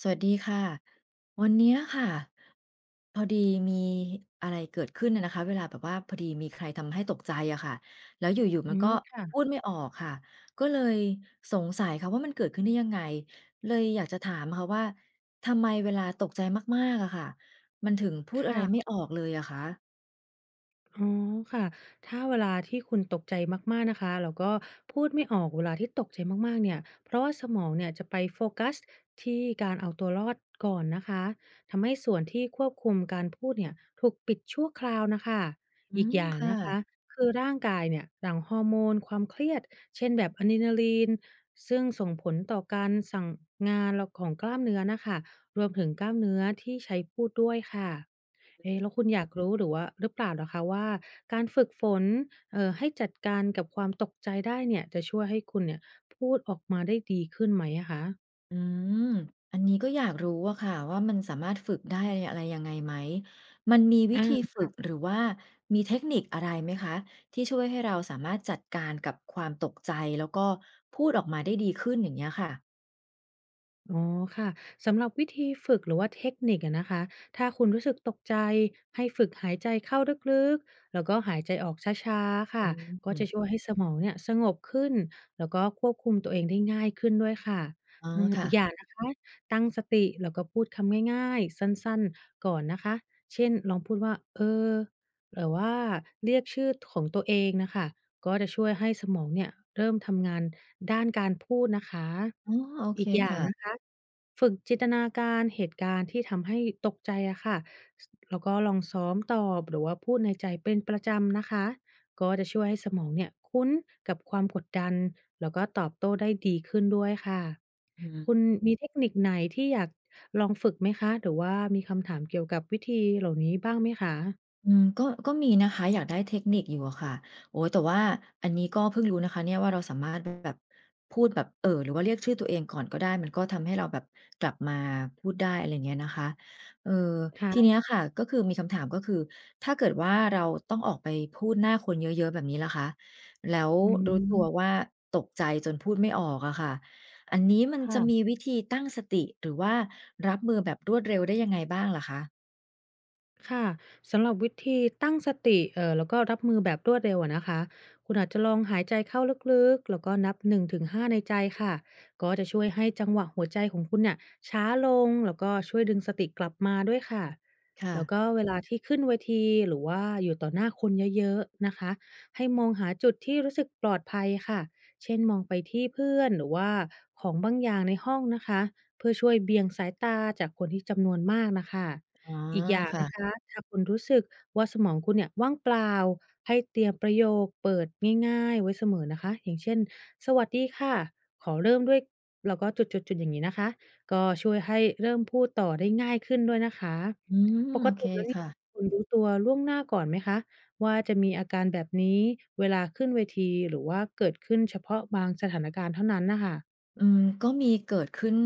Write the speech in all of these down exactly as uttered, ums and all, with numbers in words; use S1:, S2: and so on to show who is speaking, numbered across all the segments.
S1: สวัสดีค่ะวันเนี้ยค่ะพอดีมีอะไรเกิดขึ้นน่ะนะคะเวลาแบบว่าพอดีมีใครทำให้ตกใจอะค่ะแล้วอยู่ๆมั
S2: อื
S1: นก็
S2: ม
S1: พูด
S2: ค่ะ
S1: ไม่ออกค่ะก็เลยสงสัยค่ะว่ามันเกิดขึ้นได้ยังไงเลยอยากจะถามค่ะว่าทำไมเวลาตกใจมากๆอะค่ะมันถึงพูดอะไรไม่
S2: ค่ะ
S1: ออกเลยอะคะ
S2: อ๋อค่ะ ถ้าเวลาที่คุณตกใจมากๆนะคะแล้วก็พูดไม่ออกเวลาที่ตกใจมากๆเนี่ยเพราะว่าสมองเนี่ยจะไปโฟกัสที่การเอาตัวรอดก่อนนะคะทำให้ส่วนที่ควบคุมการพูดเนี่ยถูกปิดชั่วคราวน่ะค่ะ
S1: อื
S2: อีก
S1: ม
S2: อย่าง
S1: ค่ะ
S2: นะคะคือร่างกายเนี่ยหลั่งฮอร์โมนความเครียด เช่นแบบอะดรีนาลินซึ่งส่งผลต่อการสั่งงานแล้วของกล้ามเนื้อน่ะค่ะรวมถึงกล้ามเนื้อที่ใช้พูดด้วยค่ะ เอ๊ะแล้วคุณอยากรู้หรือว่าหรือเปล่าเหรอคะว่าการฝึกฝนเอ่อให้จัดการกับความตกใจได้เนี่ยจะช่วยให้คุณเนี่ยพูดออกมาได้ดีขึ้นไหมอะคะ
S1: อืมอันนี้ก็อยากรู้อะค่ะว่ามันสามารถฝึกได้อะไรยังไงไหม มันมีวิธี
S2: อา
S1: ฝึกหรือว่ามีเทคนิคอะไรไหมคะที่ช่วยให้เราสามารถจัดการกับความตกใจแล้วก็พูดออกมาได้ดีขึ้นอย่างเงี้ยค่ะ
S2: อ๋อค่ะสำหรับวิธีฝึกหรือว่าเทคนิคอะนะคะถ้าคุณรู้สึกตกใจให้ฝึกหายใจเข้าลึกๆแล้วก็หายใจออกช้าๆค่ะ
S1: อื
S2: ก็
S1: ม
S2: จะช่วยให้สมองเนี่ยสงบขึ้นแล้วก็ควบคุมตัวเองได้ง่ายขึ้นด้วยค่ะ
S1: อ๋อ
S2: อืม
S1: ค่ะ
S2: อีกอย่างนะคะตั้งสติแล้วก็พูดคำง่ายๆสั้นๆก่อนนะคะเช่นลองพูดว่าเออหรือว่าเรียกชื่อของตัวเองนะคะ ก็จะช่วยให้สมองเนี่ยเริ่มทำงานด้านการพูดนะคะ
S1: อ๋อโอเค
S2: อีกอย่างนะ
S1: ค่ะ
S2: คะฝึกจินตนาการเหตุการณ์ที่ทำให้ตกใจอะค่ะแล้วก็ลองซ้อมตอบหรือว่าพูดในใจเป็นประจำนะคะก็จะช่วยให้สมองเนี่ยคุ้นกับความกดดันแล้วก็ตอบโต้ได้ดีขึ้นด้วยค่ะ
S1: อืม
S2: คุณมีเทคนิคไหนที่อยากลองฝึกไหมคะหรือว่ามีคำถามเกี่ยวกับวิธีเหล่านี้บ้างไหมคะ
S1: อืมก็ก็มีนะคะอยากได้เทคนิคอยู่อะค่ะโอ้โฮแต่ว่าอันนี้ก็เพิ่งรู้นะคะเนี่ยว่าเราสามารถแบบพูดแบบเอ่อหรือว่าเรียกชื่อตัวเองก่อนก็ได้มันก็ทำให้เราแบบกลับมาพูดได้อะไรอย่างเงี้ยนะคะเออทีเนี้
S2: ค่ะ
S1: ยค่ะก็คือมีคำถามก็คือถ้าเกิดว่าเราต้องออกไปพูดหน้าคนเยอะๆแบบนี้ล่ะคะแล้ว
S2: อื
S1: รู้ตัว
S2: ม
S1: ว่าตกใจจนพูดไม่ออกอะค่ะอันนี้มันจะมี
S2: ค่ะ
S1: วิธีตั้งสติหรือว่ารับมือแบบรวดเร็วได้ยังไงบ้างเหรอคะ
S2: ค่ะสำหรับวิธีตั้งสติเอ่อแล้วก็รับมือแบบรวดเร็วอะนะคะคุณอาจจะลองหายใจเข้าลึกๆแล้วก็นับหนึ่งถึงห้าในใจค่ะก็จะช่วยให้จังหวะหัวใจของคุณเนี่ยช้าลงแล้วก็ช่วยดึงสติกลับมาด้วยค่ะ
S1: ค่ะ
S2: แล้วก็เวลาที่ขึ้นเวทีหรือว่าอยู่ต่อหน้าคนเยอะๆนะคะให้มองหาจุดที่รู้สึกปลอดภัยค่ะเช่นมองไปที่เพื่อนหรือว่าของบางอย่างในห้องนะคะเพื่อช่วยเบี่ยงสายตาจากคนที่จำนวนมากนะคะ
S1: อ๋อ
S2: อีกอย่างนะ
S1: ค่ะ
S2: คะถ้าคุณรู้สึกว่าสมองคุณเนี่ยว่างเปล่าให้เตรียมประโยคเปิดง่ายๆไว้เสมอนะคะอย่างเช่นสวัสดีค่ะขอเริ่มด้วยแล้วก็จุดๆๆอย่างนี้นะคะก็ช่วยให้เริ่มพูดต่อได้ง่ายขึ้นด้วยนะคะ
S1: อืม
S2: ปก
S1: โอ
S2: ติ
S1: เค
S2: แล้วนี่
S1: ค่ะ
S2: คุณรู้ตัวล่วงหน้าก่อนไหมคะว่าจะมีอาการแบบนี้เวลาขึ้นเวทีหรือว่าเกิดขึ้นเฉพาะบางสถานการณ์เท่านั้นน่ะค่ะ
S1: อืมก็มีเกิดขึ้น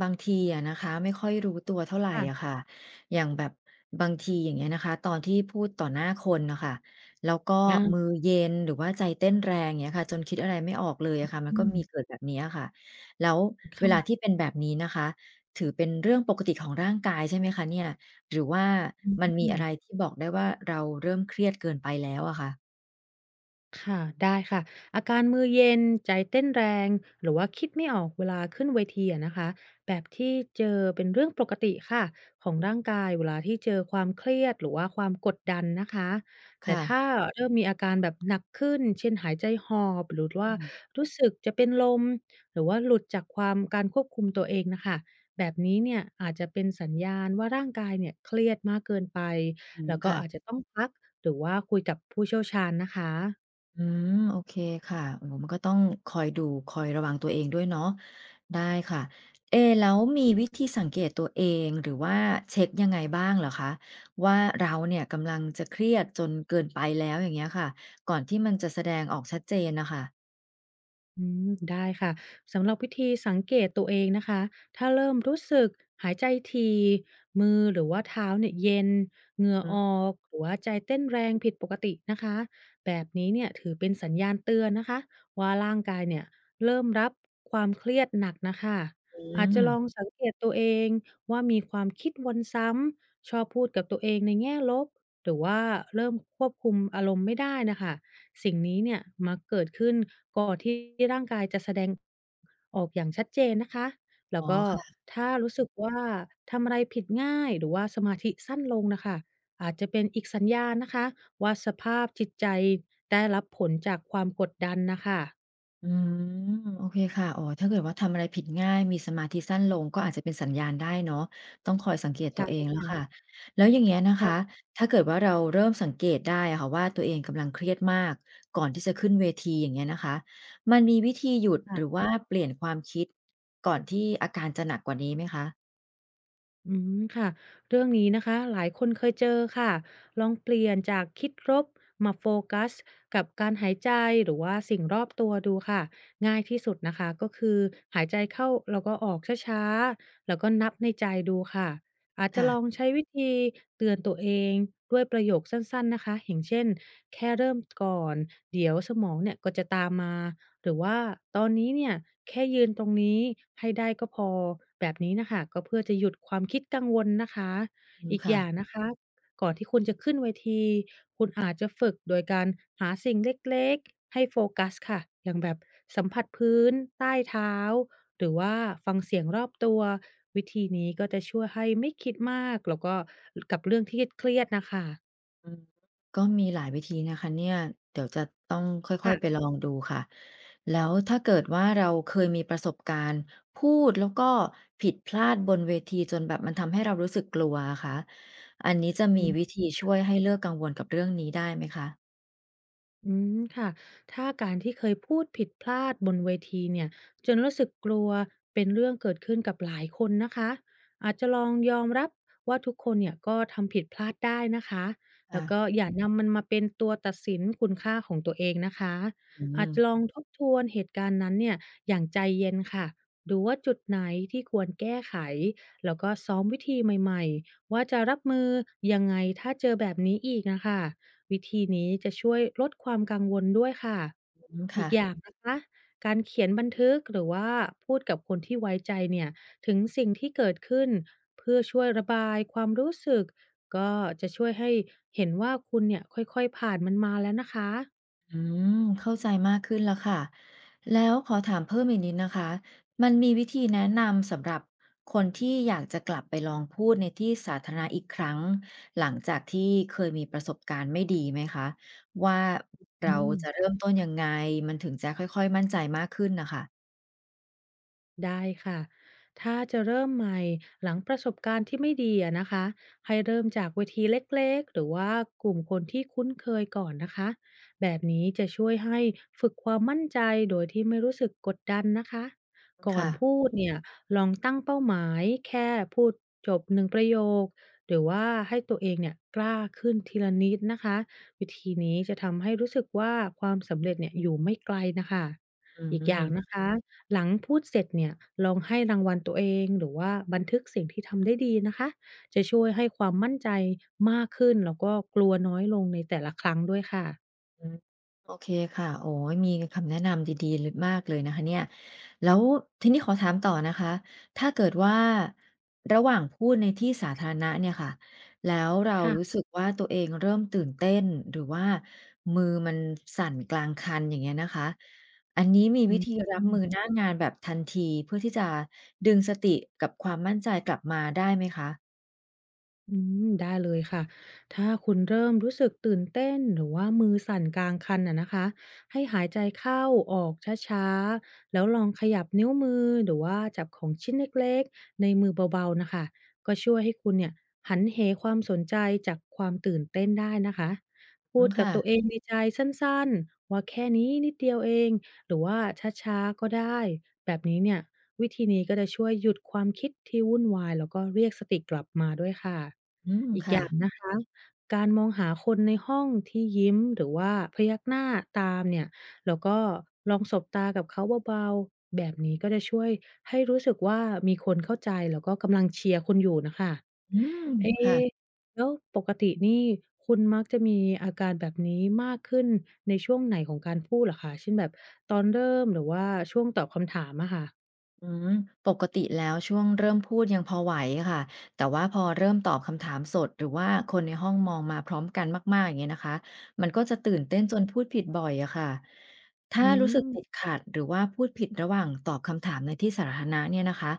S1: บางทีอะนะคะไม่ค่อยรู้ตัวเท่าไหรอะ
S2: ค่ะ
S1: ค่ะอย่างแบบบางทีอย่างเงี้ยนะคะตอนที่พูดต่อหน้าคนนะคะแล้วก็
S2: อา
S1: มือเย็นหรือว่าใจเต้นแรงอย่างเงี้ยค่ะจนคิดอะไรไม่ออกเลยอะค่ะมันก็
S2: อื
S1: มีเกิ
S2: ม
S1: ดแบบนี้อะค่ะแล้วเวลา
S2: ค่
S1: ที่เป็นแบบนี้นะคะถือเป็นเรื่องปกติของร่างกายใช่ไหมคะเนี่ยหรือว่ามันมีอะไร
S2: ะ
S1: ที่บอกได้ว่าเราเริ่มเครียดเกินไปแล้วอะคะ
S2: ค่ะได้ค่ะอาการมือเย็นใจเต้นแรงหรือว่าคิดไม่ออกเวลาขึ้นเวทีอะนะคะแบบที่เจอเป็นเรื่องปกติค่ะของร่างกายเวลาที่เจอความเครียดหรือว่าความกดดันนะคะแต่
S1: ค่ะ
S2: ถ้าเริ่มมีอาการแบบหนักขึ้นเช่นหายใจหอบหรือ
S1: อื
S2: ว่า
S1: ม
S2: รู้สึกจะเป็นลมหรือว่าหลุดจากความการควบคุมตัวเองน่ะค่ะแบบนี้เนี่ยอาจจะเป็นสัญญาณว่าร่างกายเนี่ยเครียดมากเกินไป
S1: อืม
S2: แล้วก็
S1: ค่ะ
S2: อาจจะต้องพักหรือว่าคุยกับผู้เชี่ยวชาญนะคะ
S1: อืมโอเคค่ะโอ้โหมันก็ต้องคอยดูคอยระวังตัวเองด้วยเนาะได้ค่ะเอแล้วมีวิธีสังเกตตัวเองหรือว่าเช็คยังไงบ้างเหรอคะว่าเราเนี่ยกำลังจะเครียดจนเกินไปแล้วอย่างเงี้ยค่ะก่อนที่มันจะแสดงออกชัดเจนนะคะ
S2: อืมได้ค่ะสำหรับวิธีสังเกตตัวเองนะคะถ้าเริ่มรู้สึกหายใจที่มือหรือว่าเท้าเนี่ยเย็นเหงื่อ
S1: อื
S2: ออกหรือว่าใจเต้นแรงผิดปกตินะคะแบบนี้เนี่ยถือเป็นสัญญาณเตือนนะคะว่าร่างกายเนี่ยเริ่มรับความเครียดหนักนะคะอาจจะ
S1: ม
S2: ลองสังเกตตัวเองว่ามีความคิดวนซ้ำชอบพูดกับตัวเองในแง่ลบหรือว่าเริ่มควบคุมอารมณ์ไม่ได้นะคะ สิ่งนี้เนี่ยมักเกิดขึ้นก่อนที่ร่างกายจะแสดงออกอย่างชัดเจนนะคะแล้
S1: อ๋
S2: วก็
S1: อ
S2: ถ้ารู้สึกว่าทำอะไรผิดง่ายหรือว่าสมาธิสั้นลงนะคะอาจจะเป็นอีกสัญญาณนะคะว่าสภาพจิตใจได้รับผลจากความกดดันนะคะ
S1: อืมโอเคค่ะอ๋อถ้าเกิดว่าทำอะไรผิดง่ายมีสมาธิสั้นลงก็อาจจะเป็นสัญญาณได้เนาะต้องคอยสังเกตตั
S2: ใช่
S1: วเองแล้วค่ะ
S2: ค่ะ
S1: แล้วอย่างเงี้ยนะคะ
S2: ค
S1: ถ้าเกิดว่าเราเริ่มสังเกตได้อะค่ะว่าตัวเองกำลังเครียดมากก่อนที่จะขึ้นเวทีอย่างเงี้ยนะคะมันมีวิธีหยุดหรือ
S2: ่ะ
S1: ว่าเปลี่ยนความคิดก่อนที่อาการจะหนักกว่านี้ไหมคะ
S2: อืมค่ะเรื่องนี้นะคะหลายคนเคยเจอค่ะลองเปลี่ยนจากคิดลบมาโฟกัสกับการหายใจหรือว่าสิ่งรอบตัวดูค่ะง่ายที่สุดนะคะก็คือหายใจเข้าแล้วก็ออกช้าๆแล้วก็นับในใจดูค่ะอาจจะลอง
S1: ค่ะ
S2: ใช้วิธีเตือนตัวเองด้วยประโยคสั้นๆนะคะอย่างเช่นแค่เริ่มก่อนเดี๋ยวสมองเนี่ยก็จะตามมา หรือว่าตอนนี้เนี่ยแค่ยืนตรงนี้ให้ได้ก็พอแบบนี้น่ะค่ะก็เพื่อจะหยุดความคิดกังวลนะคะ
S1: อืม
S2: อีกอ
S1: ค่ะ
S2: ย่างนะคะก่อนที่คุณจะขึ้นเวทีคุณอาจจะฝึกโดยการหาสิ่งเล็กๆให้โฟกัสค่ะอย่างแบบสัมผัสพื้นใต้เท้าหรือว่าฟังเสียงรอบตัววิธีนี้ก็จะช่วยให้ไม่คิดมากแล้วก็กับเรื่องที่เครียดๆน่ะค่ะ
S1: อืมก็มีหลายวิธีนะคะเนี่ยเดี๋ยวจะต้องค่อยๆไป
S2: ค่ะ
S1: ลองดูค่ะแล้วถ้าเกิดว่าเราเคยมีประสบการณ์พูดแล้วก็ผิดพลาดบนเวทีจนแบบมันทำให้เรารู้สึกกลัวอะคะอันนี้จะมีวิธีช่วยให้เลิกกังวลกับเรื่องนี้ได้ไหมคะ
S2: อืมค่ะถ้าการที่เคยพูดผิดพลาดบนเวทีเนี่ยจนรู้สึกกลัวเป็นเรื่องเกิดขึ้นกับหลายคนนะคะอาจจะลองยอมรับว่าทุกคนเนี่ยก็ทำผิดพลาดได้นะคะแล้
S1: ค่ะ
S2: วก็อย่านำมันมาเป็นตัวตัดสินคุณค่าของตัวเองนะคะ
S1: อื
S2: อาจ
S1: ม
S2: จะลองทบทวนเหตุการณ์นั้นเนี่ยอย่างใจเย็นค่ะดูว่าจุดไหนที่ควรแก้ไขแล้วก็ซ้อมวิธีใหม่ๆว่าจะรับมือยังไงถ้าเจอแบบนี้อีกนะคะ วิธีนี้จะช่วยลดความกังวลด้วยค่ะ
S1: อืม
S2: อี
S1: ค่ะ
S2: กอย่างนะคะ การเขียนบันทึกหรือว่าพูดกับคนที่ไว้ใจเนี่ยถึงสิ่งที่เกิดขึ้นเพื่อช่วยระบายความรู้สึกก็จะช่วยให้เห็นว่าคุณเนี่ยค่อยๆผ่านมันมาแล้วนะคะ
S1: อืมเข้าใจมากขึ้นแล้วค่ะแล้วขอถามเพิ่มอีกนิดนะคะมันมีวิธีแนะนำสำหรับคนที่อยากจะกลับไปลองพูดในที่สาธารณะอีกครั้งหลังจากที่เคยมีประสบการณ์ไม่ดีไหมคะว่าเรา
S2: อืม
S1: จะเริ่มต้นยังไงมันถึงจะค่อยๆมั่นใจมากขึ้นนะคะ
S2: ได้ค่ะ ถ้าจะเริ่มใหม่หลังประสบการณ์ที่ไม่ดีอะนะคะ ให้เริ่มจากเวทีเล็กๆหรือว่ากลุ่มคนที่คุ้นเคยก่อนนะคะแบบนี้จะช่วยให้ฝึกความมั่นใจโดยที่ไม่รู้สึกกดดันนะคะ ก่อน
S1: ค่ะ
S2: พูดเนี่ยลองตั้งเป้าหมายแค่พูดจบหนึ่งประโยคหรือว่าให้ตัวเองเนี่ยกล้าขึ้นทีละนิดนะคะ วิธีนี้จะทำให้รู้สึกว่าความสำเร็จเนี่ยอยู่ไม่ไกลนะคะ
S1: อื
S2: อีกอย่างนะ
S1: ม
S2: คะ หลังพูดเสร็จเนี่ยลองให้รางวัลตัวเองหรือว่าบันทึกสิ่งที่ทำได้ดีนะคะจะช่วยให้ความมั่นใจมากขึ้นแล้วก็กลัวน้อยลงในแต่ละครั้งด้วยค่ะ
S1: อืมโอเคค่ะโอ้ยมีคำแนะนำดีๆเลึมากเลยนะคะเนี่ยแล้วทีนี้ขอถามต่อนะคะถ้าเกิดว่าระหว่างพูดในที่สาธารณะเนี่ยค่ะแล้วเรารู้
S2: ค่ะ
S1: สึกว่าตัวเองเริ่มตื่นเต้นหรือว่ามือมันสั่นกลางคันอย่างเงี้ยนะคะอันนี้มี
S2: อื
S1: วิธีรับ
S2: ม
S1: มือหน้างานแบบทันทีเพื่อที่จะดึงสติกับความมั่นใจกลับมาได้ไหมคะ
S2: อืมได้เลยค่ะ ถ้าคุณเริ่มรู้สึกตื่นเต้นหรือว่ามือสั่นกลางคันอะนะคะให้หายใจเข้าออกช้าๆ แล้วลองขยับนิ้วมือหรือว่าจับของชิ้นเล็กๆในมือเบาๆนะคะก็ช่วยให้คุณเนี่ยหันเหความสนใจจากความตื่นเต้นได้นะคะ
S1: อื
S2: พู
S1: ม
S2: ดกับตัวเอ
S1: ค่ะ
S2: งในใจสั้นๆ ว่าแค่นี้นิดเดียวเองหรือว่าช้าๆก็ได้แบบนี้เนี่ย วิธีนี้ก็จะช่วยหยุดความคิดที่วุ่นวายแล้วก็เรียกสติกลับมาด้วยค่ะ
S1: อืม
S2: อีกอ
S1: ค่ะ
S2: ย่างนะคะการมองหาคนในห้องที่ยิ้มหรือว่าพยักหน้าตามเนี่ยแล้วก็ลองสบตากับเขาเบาๆแบบนี้ก็จะช่วยให้รู้สึกว่ามีคนเข้าใจแล้วก็กำลังเชียร์คุณอยู่นะคะ
S1: อืม
S2: เอ๊ะ
S1: ค่ะ
S2: แล้วปกตินี่คุณมักจะมีอาการแบบนี้มากขึ้นในช่วงไหนของการพูดเหรอคะเช่นแบบตอนเริ่มหรือว่าช่วงตอบคำถามอะค่ะ
S1: อืมปกติแล้วช่วงเริ่มพูดยังพอไหวค่ะแต่ว่าพอเริ่มตอบคำถามสดหรือว่าคนในห้องมองมาพร้อมกันมากๆอย่างเงี้ยนะคะมันก็จะตื่นเต้นจนพูดผิดบ่อยอะค่ะถ้า
S2: อื
S1: รู้สึกติด
S2: ม
S1: ขัดหรือว่าพูดผิดระหว่างตอบคำถามในที่สาธารณะเนี่ยนะคะ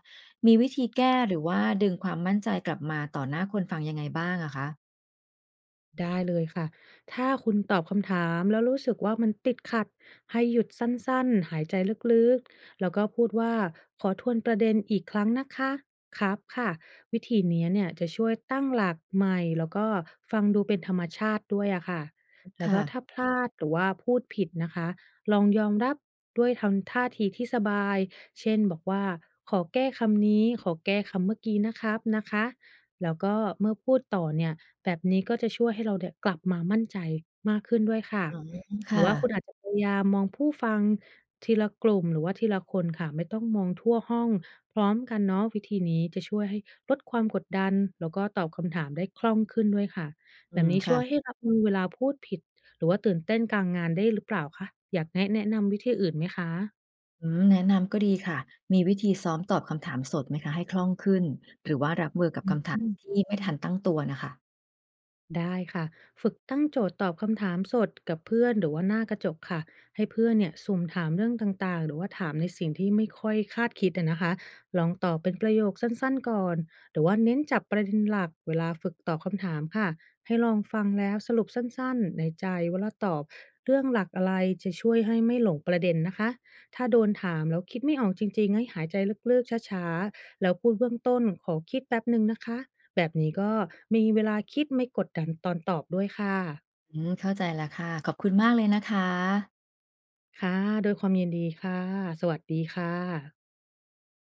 S1: มีวิธีแก้หรือว่าดึงความมั่นใจกลับมาต่อหน้าคนฟังยังไงบ้างอะคะ
S2: ได้เลยค่ะ ถ้าคุณตอบคำถามแล้วรู้สึกว่ามันติดขัดให้หยุดสั้นๆหายใจลึกๆแล้วก็พูดว่าขอทวนประเด็นอีกครั้งนะคะ ครับค่ะวิธีนี้เนี่ยจะช่วยตั้งหลักใหม่แล้วก็ฟังดูเป็นธรรมชาติด้วยอะค่ะ แล้วก็ถ้า
S1: ค่ะ
S2: พลาดหรือว่าพูดผิดนะคะลองยอมรับด้วยทำท่าทีที่สบาย เช่นบอกว่าขอแก้คำนี้ขอแก้คำเมื่อกี้นะครับนะคะแล้วก็เมื่อพูดต่อเนี่ย แบบนี้ก็จะช่วยให้เราเนี่ยกลับมามั่นใจมากขึ้นด้วยค่ะ
S1: อ๋อ
S2: หรือ
S1: ค่ะ
S2: ว่าคุณอาจจะพยายามมองผู้ฟังทีละกลุ่มหรือว่าทีละคนค่ะไม่ต้องมองทั่วห้องพร้อมกันเนาะวิธีนี้จะช่วยให้ลดความกดดันแล้วก็ตอบคำถามได้คล่องขึ้นด้วยค่ะ
S1: อื
S2: แบบ
S1: ม
S2: นี้ช่วยให้
S1: ค่ะ
S2: รับมือเวลาพูดผิดหรือว่าตื่นเต้นกลางงานได้หรือเปล่าคะอยากแนะแนะนำวิธีอื่นไหมคะ
S1: อืมแนะนำก็ดีค่ะ มีวิธีซ้อมตอบคำถามสดไหมคะให้คล่องขึ้นหรือว่ารับมือกับ
S2: อ
S1: คำถาม
S2: ืม
S1: ที่ไม่ทันตั้งตัวนะคะ
S2: ได้ค่ะฝึกตั้งโจทย์ตอบคำถามสดกับเพื่อนหรือว่าหน้ากระจกค่ะให้เพื่อนเนี่ยสุ่มถามเรื่องต่างๆหรือว่าถามในสิ่งที่ไม่ค่อยคาดคิดอะนะคะลองตอบเป็นประโยคสั้นๆก่อนหรือว่าเน้นจับประเด็นหลักเวลาฝึกตอบคำถามค่ะให้ลองฟังแล้วสรุปสั้นๆในใจเวลาตอบเรื่องหลักอะไรจะช่วยให้ไม่หลงประเด็นนะคะถ้าโดนถามแล้วคิดไม่ออกจริงๆให้หายใจลึกๆช้าๆแล้วพูดเบื้องต้นขอคิดแป๊บหนึ่งนะคะ แบบนี้ก็มีเวลาคิดไม่กดดันตอนตอบด้วยค่ะ
S1: อืมเข้าใจแล้วค่ะ ขอบคุณมากเลยนะคะ
S2: ค่ะ โดวยความยินดีค่ะ สวัสดีค่ะ